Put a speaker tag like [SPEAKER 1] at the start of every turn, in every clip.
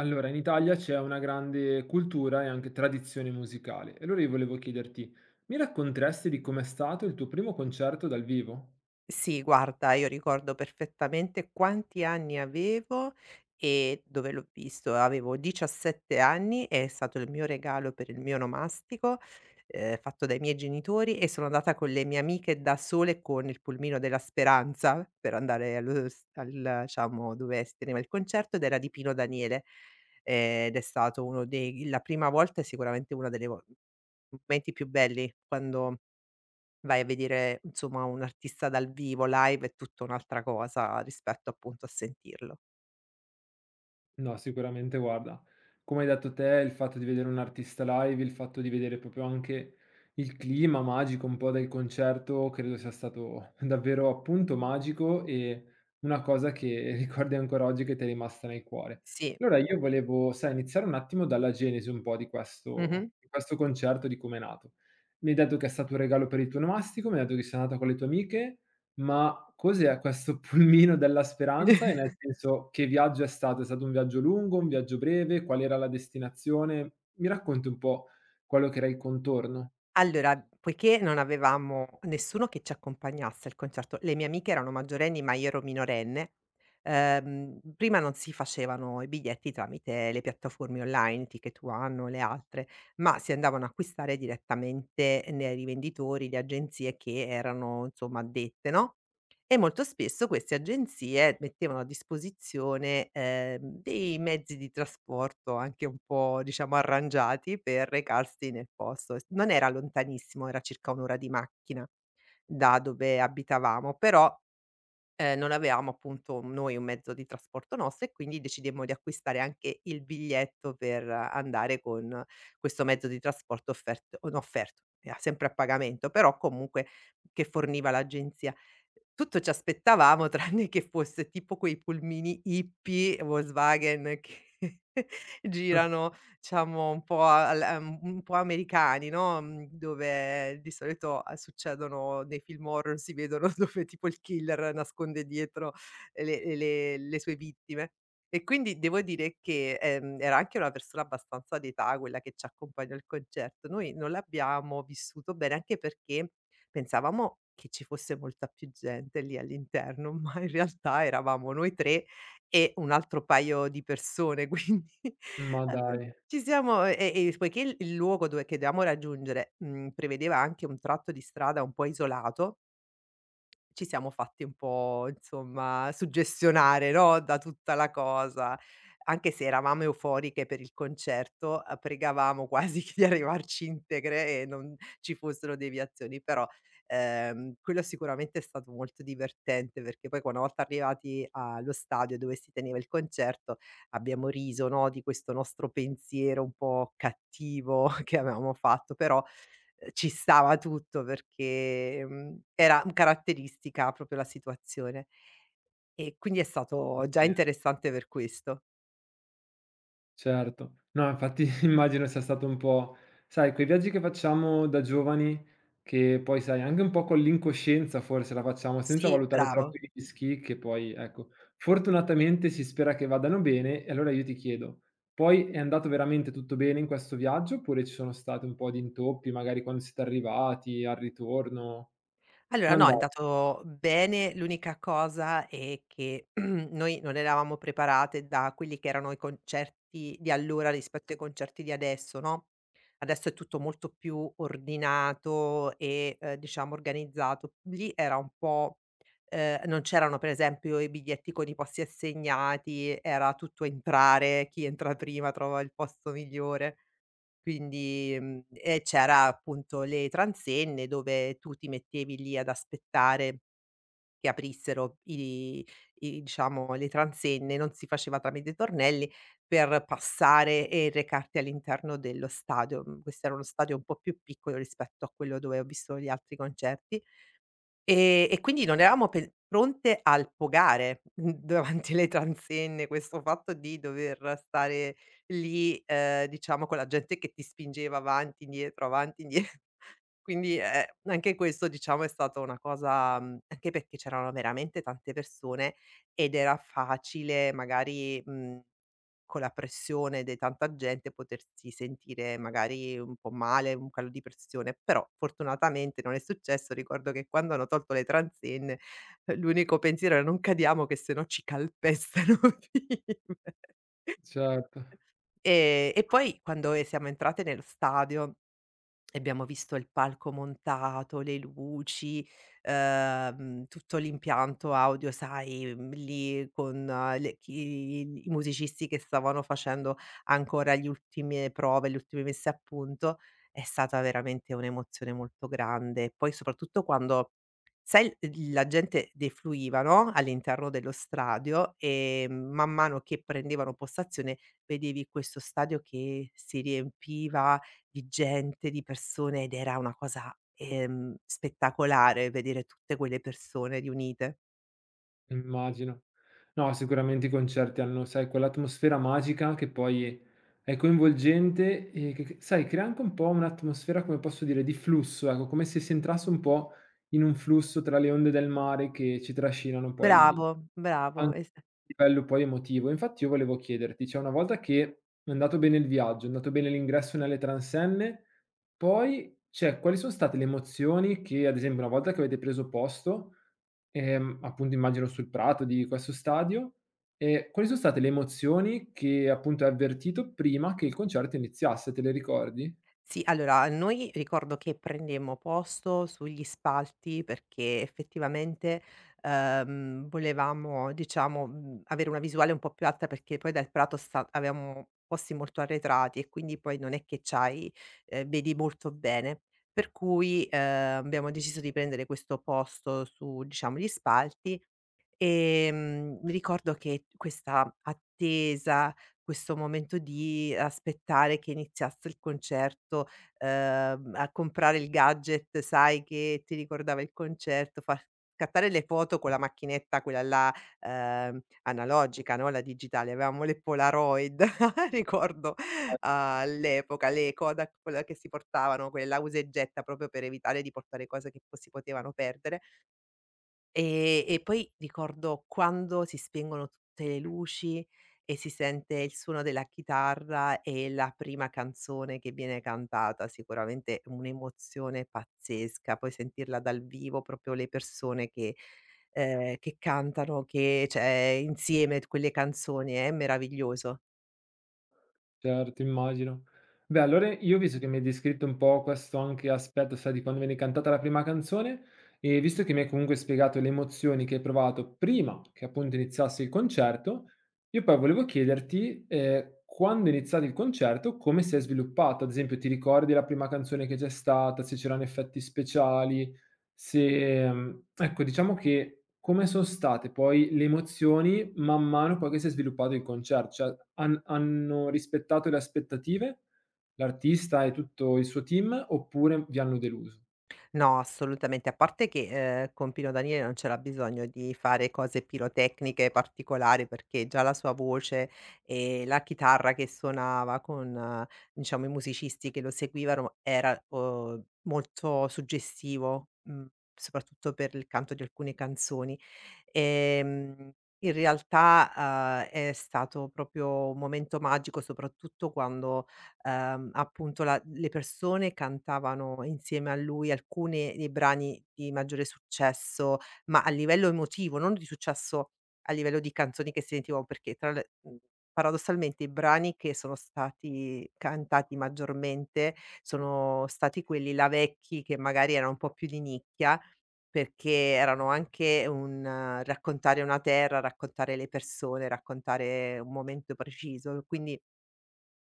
[SPEAKER 1] Allora, in Italia c'è una grande cultura e anche tradizione musicale. E allora io volevo chiederti, mi racconteresti di com'è stato il tuo primo concerto dal vivo?
[SPEAKER 2] Sì, guarda, io ricordo perfettamente quanti anni avevo e dove l'ho visto. Avevo 17 anni, e è stato il mio regalo per il mio onomastico, fatto dai miei genitori, e sono andata con le mie amiche da sole con il pulmino della speranza per andare allo s al diciamo, dove si teneva il concerto, ed era di Pino Daniele. Ed è stato uno dei la prima volta e sicuramente una delle vol momenti più belli quando vai a vedere, insomma, un artista dal vivo. Live, è tutta un'altra cosa rispetto, appunto, a sentirlo.
[SPEAKER 1] No, sicuramente guarda, come hai detto te, il fatto di vedere un artista live, il fatto di vedere proprio anche il clima magico un po' del concerto, credo sia stato davvero appunto magico e una cosa che ricordi ancora oggi che ti è rimasta nel cuore.
[SPEAKER 2] Sì,
[SPEAKER 1] Allora io volevo, sai, iniziare un attimo dalla genesi un po'
[SPEAKER 2] mh-mh.
[SPEAKER 1] di questo concerto, di come è nato. Mi hai detto che è stato un regalo per il tuo nomastico, mi hai detto che sei andata con le tue amiche, ma cos'è questo pulmino della speranza? E nel senso, che viaggio è stato? È stato un viaggio lungo, un viaggio breve? Qual era la destinazione? Mi racconti un po' quello che era il contorno?
[SPEAKER 2] Allora, poiché non avevamo nessuno che ci accompagnasse al concerto, le mie amiche erano maggiorenni, ma io ero minorenne. Prima non si facevano i biglietti tramite le piattaforme online, Ticket One o le altre, ma si andavano a acquistare direttamente nei rivenditori, le agenzie che erano, insomma, addette, no? E molto spesso queste agenzie mettevano a disposizione, dei mezzi di trasporto anche un po', diciamo, arrangiati per recarsi nel posto. S Non era lontanissimo, era circa 1 ora di macchina da dove abitavamo. Però, non avevamo, appunto, noi un mezzo di trasporto nostro, e quindi decidemmo di acquistare anche il biglietto per andare con questo mezzo di trasporto offert o no, offerto — era sempre a pagamento, però comunque — che forniva l'agenzia. Tutto ci aspettavamo tranne che fosse tipo quei pulmini hippie Volkswagen che girano, diciamo, un po' al un po' americani, no, dove di solito, succedono nei film horror, si vedono, dove tipo il killer nasconde dietro le sue vittime. E quindi devo dire che, era anche una persona abbastanza d'età quella che ci accompagnò al concerto. Noi non l'abbiamo vissuto bene, anche perché pensavamo che ci fosse molta più gente lì all'interno, ma in realtà eravamo noi 3 e un altro paio di persone, quindi.
[SPEAKER 1] Ma dai,
[SPEAKER 2] Ci siamo, poiché il luogo dove che dovevamo raggiungere, prevedeva anche un tratto di strada un po' isolato, ci siamo fatti un po', insomma, suggestionare, no, da tutta la cosa. Anche se eravamo euforiche per il concerto, pregavamo quasi di arrivarci integre e non ci fossero deviazioni. Però, quello sicuramente è stato molto divertente, perché poi qua una volta arrivati allo stadio dove si teneva il concerto, abbiamo riso, no, di questo nostro pensiero un po' cattivo che avevamo fatto. Però, ci stava tutto perché, era caratteristica proprio la situazione. E quindi è stato
[SPEAKER 1] va
[SPEAKER 2] già
[SPEAKER 1] bene.
[SPEAKER 2] interessante per questo.
[SPEAKER 1] Certo. No, infatti immagino sia stato un po', sai, quei viaggi che facciamo da giovani, che poi, sai, anche un po' con l'incoscienza forse la facciamo senza
[SPEAKER 2] Sì,
[SPEAKER 1] valutare troppo
[SPEAKER 2] bravo.
[SPEAKER 1] i rischi, che poi ecco, fortunatamente si spera che vadano bene e allora io ti chiedo: poi è andato veramente tutto bene in questo viaggio, oppure ci sono stati un po' di intoppi, magari quando siete arrivati, al ritorno?
[SPEAKER 2] Allora
[SPEAKER 1] Com'è
[SPEAKER 2] no, è
[SPEAKER 1] andato?
[SPEAKER 2] andato bene. L'unica cosa è che noi non eravamo preparate da quelli che erano i concerti di allora rispetto ai concerti di adesso, no, adesso è tutto molto più ordinato e, diciamo, organizzato. Lì era un po' non c'erano, per esempio, i biglietti con i posti assegnati, era tutto entrare, chi entra prima trova il posto migliore. Quindi, e c'era appunto le transenne dove tu ti mettevi lì ad aspettare che aprissero i i diciamo le transenne, non si faceva tramite tornelli, per passare e recarti all'interno dello stadio. Mhmm, Questo era uno stadio un po' più piccolo rispetto a quello dove ho visto gli altri concerti. E quindi non eravamo pe pronte al pogare, davanti alle transenne, questo fatto di dover stare lì, diciamo, con la gente che ti spingeva avanti, indietro, avanti, indietro. Quindi, anche questo, diciamo, è stata una cosa, anche perché c'erano veramente tante persone, ed era facile magari, mhmm con la pressione de tanta gente potersi sentire magari un po' male, un calo di pressione. Però fortunatamente non è successo. Ricordo che quando hanno tolto le transenne, l'unico pensiero era: "Non cadiamo che se no ci calpestano vive".
[SPEAKER 1] Certo.
[SPEAKER 2] E poi quando, siamo entrate nello stadio e abbiamo visto il palco montato, le luci, tutto l'impianto audio, sai, lì con le chi i musicisti che stavano facendo ancora gli ultime prove, le ultime messe a punto. È stata veramente un'emozione molto grande. E poi soprattutto quando sai l la gente defluiva, no, all'interno dello stadio, e man mano che prendevano postazione vedevi questo stadio che si riempiva di gente, di persone, ed era una cosa, spettacolare, vedere tutte quelle persone riunite.
[SPEAKER 1] Immagino. No, sicuramente i concerti hanno, sai, quell'atmosfera magica che poi è coinvolgente e che, sai, crea anche un po' un'atmosfera, come posso dire, di flusso, ecco, come se si entrasse un po' in un flusso tra le onde del mare che ci trascinano poi
[SPEAKER 2] Bravo, bravo,
[SPEAKER 1] anche
[SPEAKER 2] es
[SPEAKER 1] a livello poi emotivo. Infatti io volevo chiederti, cioè una volta che è andato bene il viaggio, è andato bene l'ingresso nelle transenne, poi, cioè, quali sono state le emozioni che, ad esempio, una volta che avete preso posto... appunto immagino sul prato di questo stadio. E quali sono state le emozioni che appunto hai avvertito prima che il concerto iniziasse, te le ricordi?
[SPEAKER 2] Sì, allora noi ricordo che prendemmo posto sugli spalti perché effettivamente, volevamo, diciamo, avere una visuale un po' più alta, perché poi dal prato sta avevamo posti molto arretrati, e quindi poi non è che c'hai, vedi molto bene. Per cui, abbiamo deciso di prendere questo posto su, diciamo, gli spalti. Mi ricordo che questa attesa, questo momento di aspettare che iniziasse il concerto, a comprare il gadget, sai, che ti ricordava il concerto, far scattare le foto con la macchinetta, quella là, analogica, no, la digitale. Avevamo le Polaroid, ricordo, ah, all'epoca, le Kodak, quella che si portavano, quella usa e getta, proprio per evitare di portare cose che po si potevano perdere. E poi ricordo quando si spengono tutte le luci e si sente il suono della chitarra e la prima canzone che viene cantata, sicuramente è un'emozione pazzesca. Poi sentirla dal vivo, proprio le persone che, che cantano, che, cioè, insieme t quelle canzoni, è meraviglioso.
[SPEAKER 1] Certo, immagino. Beh, allora io, visto che mi hai descritto un po' questo anche aspetto, sai, di quando viene cantata la prima canzone, e visto che mi hai comunque spiegato le emozioni che hai provato prima che appunto iniziasse il concerto, io poi volevo chiederti, quando è iniziato il concerto, come si è sviluppato? Ad esempio, ti ricordi la prima canzone che c'è stata, se c'erano effetti speciali, se mhmm, ecco, diciamo che come son state poi le emozioni man mano poi che si è sviluppato il concerto, cioè hanno rispettato le aspettative, l'artista e tutto il suo team, oppure vi hanno deluso?
[SPEAKER 2] No, assolutamente. A parte che, con Pino Daniele non c'era bisogno di fare cose pirotecniche particolari, perché già la sua voce e la chitarra che suonava con, diciamo, i musicisti che lo seguivano era, molto suggestivo, soprattutto per il canto di alcune canzoni. Ehm, In realtà, è stato proprio un momento magico, soprattutto quando, appunto, la le persone cantavano insieme a lui alcuni dei brani di maggiore successo, ma a livello emotivo, non di successo a livello di canzoni che sentivo, perché tra le, paradossalmente, i brani che sono stati cantati maggiormente sono stati quelli là vecchi, che magari erano un po' più di nicchia, perché erano anche un raccontare una terra, raccontare le persone, raccontare un momento preciso, quindi.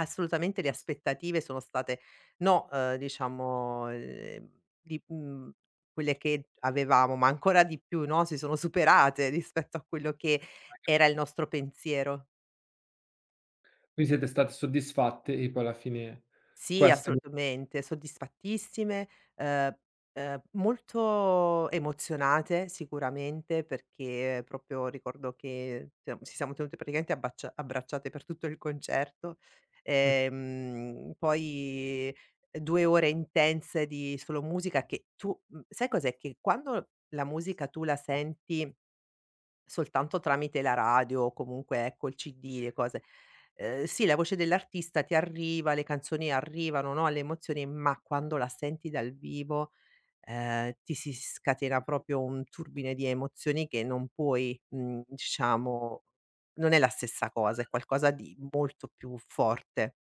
[SPEAKER 2] Assolutamente le aspettative sono state, no, diciamo, di mhmm, quelle che avevamo, ma ancora di più, no, si sono superate rispetto a quello che era il nostro pensiero.
[SPEAKER 1] Quindi siete state soddisfatte e poi alla fine
[SPEAKER 2] Sì,
[SPEAKER 1] questa è l
[SPEAKER 2] assolutamente, soddisfattissime, ehm, molto emozionate sicuramente, perché proprio ricordo che siam ci siamo tenute praticamente abbaccia abbracciate per tutto il concerto.
[SPEAKER 1] mh.
[SPEAKER 2] Poi, 2 ore intense di solo musica che tu, sai cos'è, che quando la musica tu la senti soltanto tramite la radio o comunque, ecco, il CD, le cose. Sì, la voce dell'artista ti arriva, le canzoni arrivano, no, le emozioni, ma quando la senti dal vivo, ti si scatena proprio un turbine di emozioni che non puoi, diciamo, non è la stessa cosa, è qualcosa di molto più forte.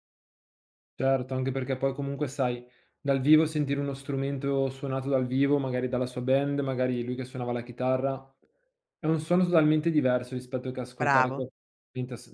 [SPEAKER 1] Certo, anche perché poi comunque, sai, dal vivo sentire uno strumento suonato dal vivo, magari dalla sua band, magari lui che suonava la chitarra, è un suono totalmente diverso rispetto che ascoltare qualcosa
[SPEAKER 2] Bravo.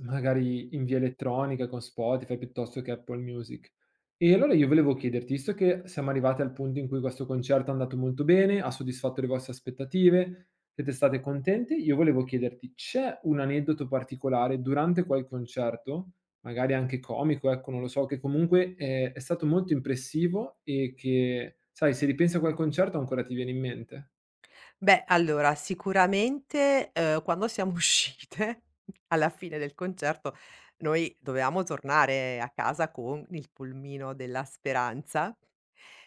[SPEAKER 1] magari in via elettronica con Spotify piuttosto che Apple Music. E allora io volevo chiederti, visto che siamo arrivati al punto in cui questo concerto è andato molto bene, ha soddisfatto le vostre aspettative, siete state contenti, io volevo chiederti, c'è un aneddoto particolare durante quel concerto? Magari anche comico, ecco, non lo so, che comunque, è stato molto impressivo e che, sai, se ripensi a quel concerto ancora ti viene in mente.
[SPEAKER 2] Beh, allora sicuramente, quando siamo uscite alla fine del concerto, noi dovevamo tornare a casa con il pulmino della speranza,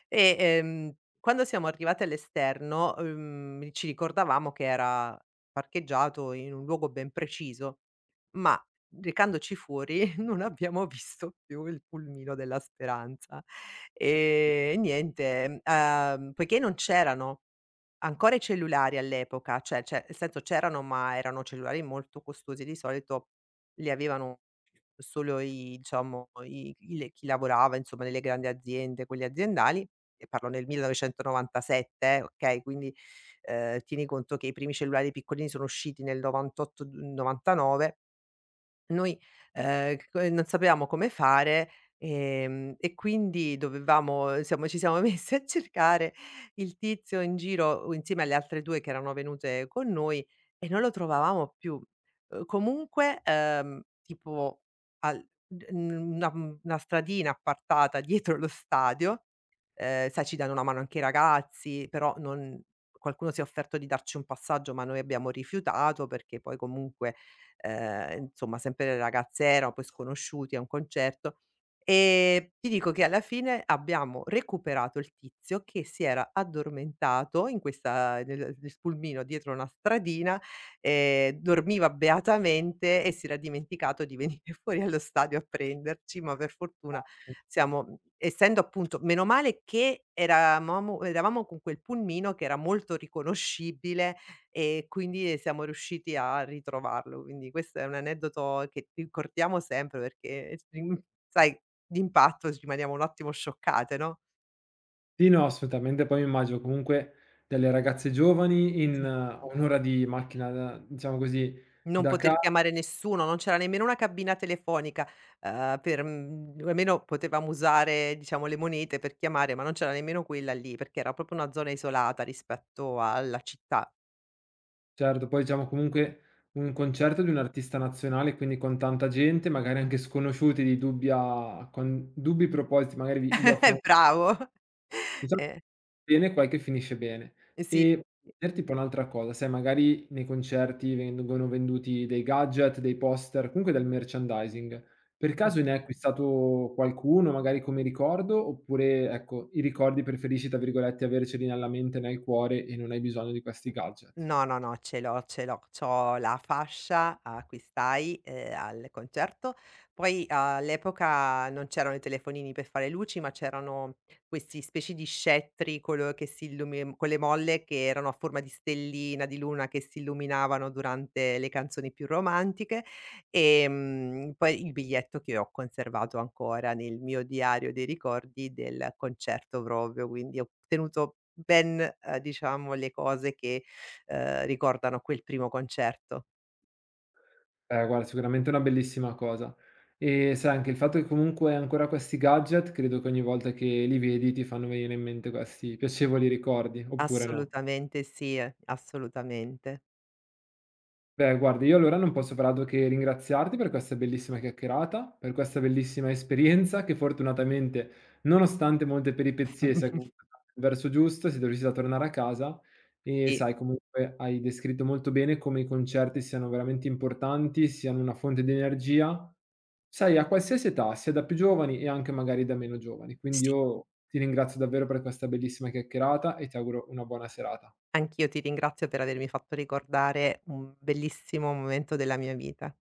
[SPEAKER 2] e, quando siamo arrivate all'esterno, ci ricordavamo che era parcheggiato in un luogo ben preciso, ma recandoci fuori non abbiamo visto più il pulmino della speranza. E niente, poiché non c'erano ancora i cellulari all'epoca — cioè, nel senso, c'erano, ma erano cellulari molto costosi, di solito li avevano solo i diciamo i i le chi lavorava, insomma, nelle grandi aziende, quelle aziendali. E parlo nel 1997, okay. Quindi, tieni conto che i primi cellulari piccolini sono usciti nel 98, d 99. Noi, c co non sapevamo come fare, e quindi dovevamo siamo ci siamo messi a cercare il tizio in giro, o insieme alle altre 2 che erano venute con noi, e non lo trovavamo più. Comunque, tipo al d n una, una stradina appartata dietro lo stadio. Sai, ci danno una mano anche i ragazzi, però non, qualcuno si è offerto di darci un passaggio, ma noi abbiamo rifiutato perché poi, comunque, insomma, sempre le ragazze erano, poi sconosciuti a un concerto. E ti dico che alla fine abbiamo recuperato il tizio che si era addormentato in questa nel pulmino dietro una stradina. Dormiva beatamente e si era dimenticato di venire fuori allo stadio a prenderci, ma per fortuna siamo, essendo, appunto, meno male che eravamo con quel pulmino che era molto riconoscibile, e quindi siamo riusciti a ritrovarlo. Quindi questo è un aneddoto che ricordiamo sempre perché sai, d'impatto rimaniamo un attimo scioccate, no,
[SPEAKER 1] Sì, no, assolutamente, poi mi immagino comunque delle ragazze giovani in
[SPEAKER 2] sì.
[SPEAKER 1] un' ora di macchina da diciamo così,
[SPEAKER 2] Non
[SPEAKER 1] da ca
[SPEAKER 2] poter chiamare nessuno, non c'era nemmeno una cabina telefonica, per almeno potevamo usare, diciamo, le monete per chiamare, ma non c'era nemmeno quella lì, perché era proprio una zona isolata rispetto alla città.
[SPEAKER 1] certo, poi diciamo comunque un concerto di un artista nazionale, quindi con tanta gente, magari anche sconosciuti di dubbia con dubbi propositi, magari vi gli offrono...
[SPEAKER 2] Bravo.
[SPEAKER 1] Diciamo,
[SPEAKER 2] Eh,
[SPEAKER 1] bene qualche finisce bene.
[SPEAKER 2] sì, sì.
[SPEAKER 1] E
[SPEAKER 2] Mh.
[SPEAKER 1] per tipo un'altra cosa, sai magari nei concerti vengono venduti dei gadget, dei poster, comunque del merchandising. Per caso ne hai acquistato qualcuno, magari come ricordo, oppure ecco, i ricordi preferisci, tra virgolette, "averceli nella mente, nel cuore" e non hai bisogno di questi gadget?
[SPEAKER 2] No, no, no, ce l'ho, ce l'ho. C'ho la fascia a cui stai, al concerto. Poi ah, all'epoca non c'erano i telefonini per fare luci, ma c'erano questi specie di scettri colo che si illumi con le molle che erano a forma di stellina, di luna, che si illuminavano durante le canzoni più romantiche. Poi il biglietto che ho conservato ancora nel mio diario dei ricordi del concerto proprio, quindi ho tenuto ben, diciamo, le cose che, ricordano quel primo concerto.
[SPEAKER 1] Guarda, sicuramente è una bellissima cosa. E sai anche il fatto che comunque hai ancora questi gadget, credo che ogni volta che li vedi ti fanno venire in mente questi piacevoli ricordi, oppure no?
[SPEAKER 2] Assolutamente sì, assolutamente.
[SPEAKER 1] Beh, guarda, io allora non posso far altro che ringraziarti per questa bellissima chiacchierata, per questa bellissima esperienza che fortunatamente, nonostante molte peripezie, sia andata nel verso giusto, sei riuscita a tornare a casa e
[SPEAKER 2] Sì,
[SPEAKER 1] sai, comunque hai descritto molto bene come i concerti siano veramente importanti, siano una fonte di energia, sai, a qualsiasi età, sia da più giovani e anche magari da meno giovani. Quindi
[SPEAKER 2] sì,
[SPEAKER 1] io ti ringrazio davvero per questa bellissima chiacchierata e ti auguro una buona serata.
[SPEAKER 2] anch'io ti ringrazio per avermi fatto ricordare un bellissimo momento della mia vita.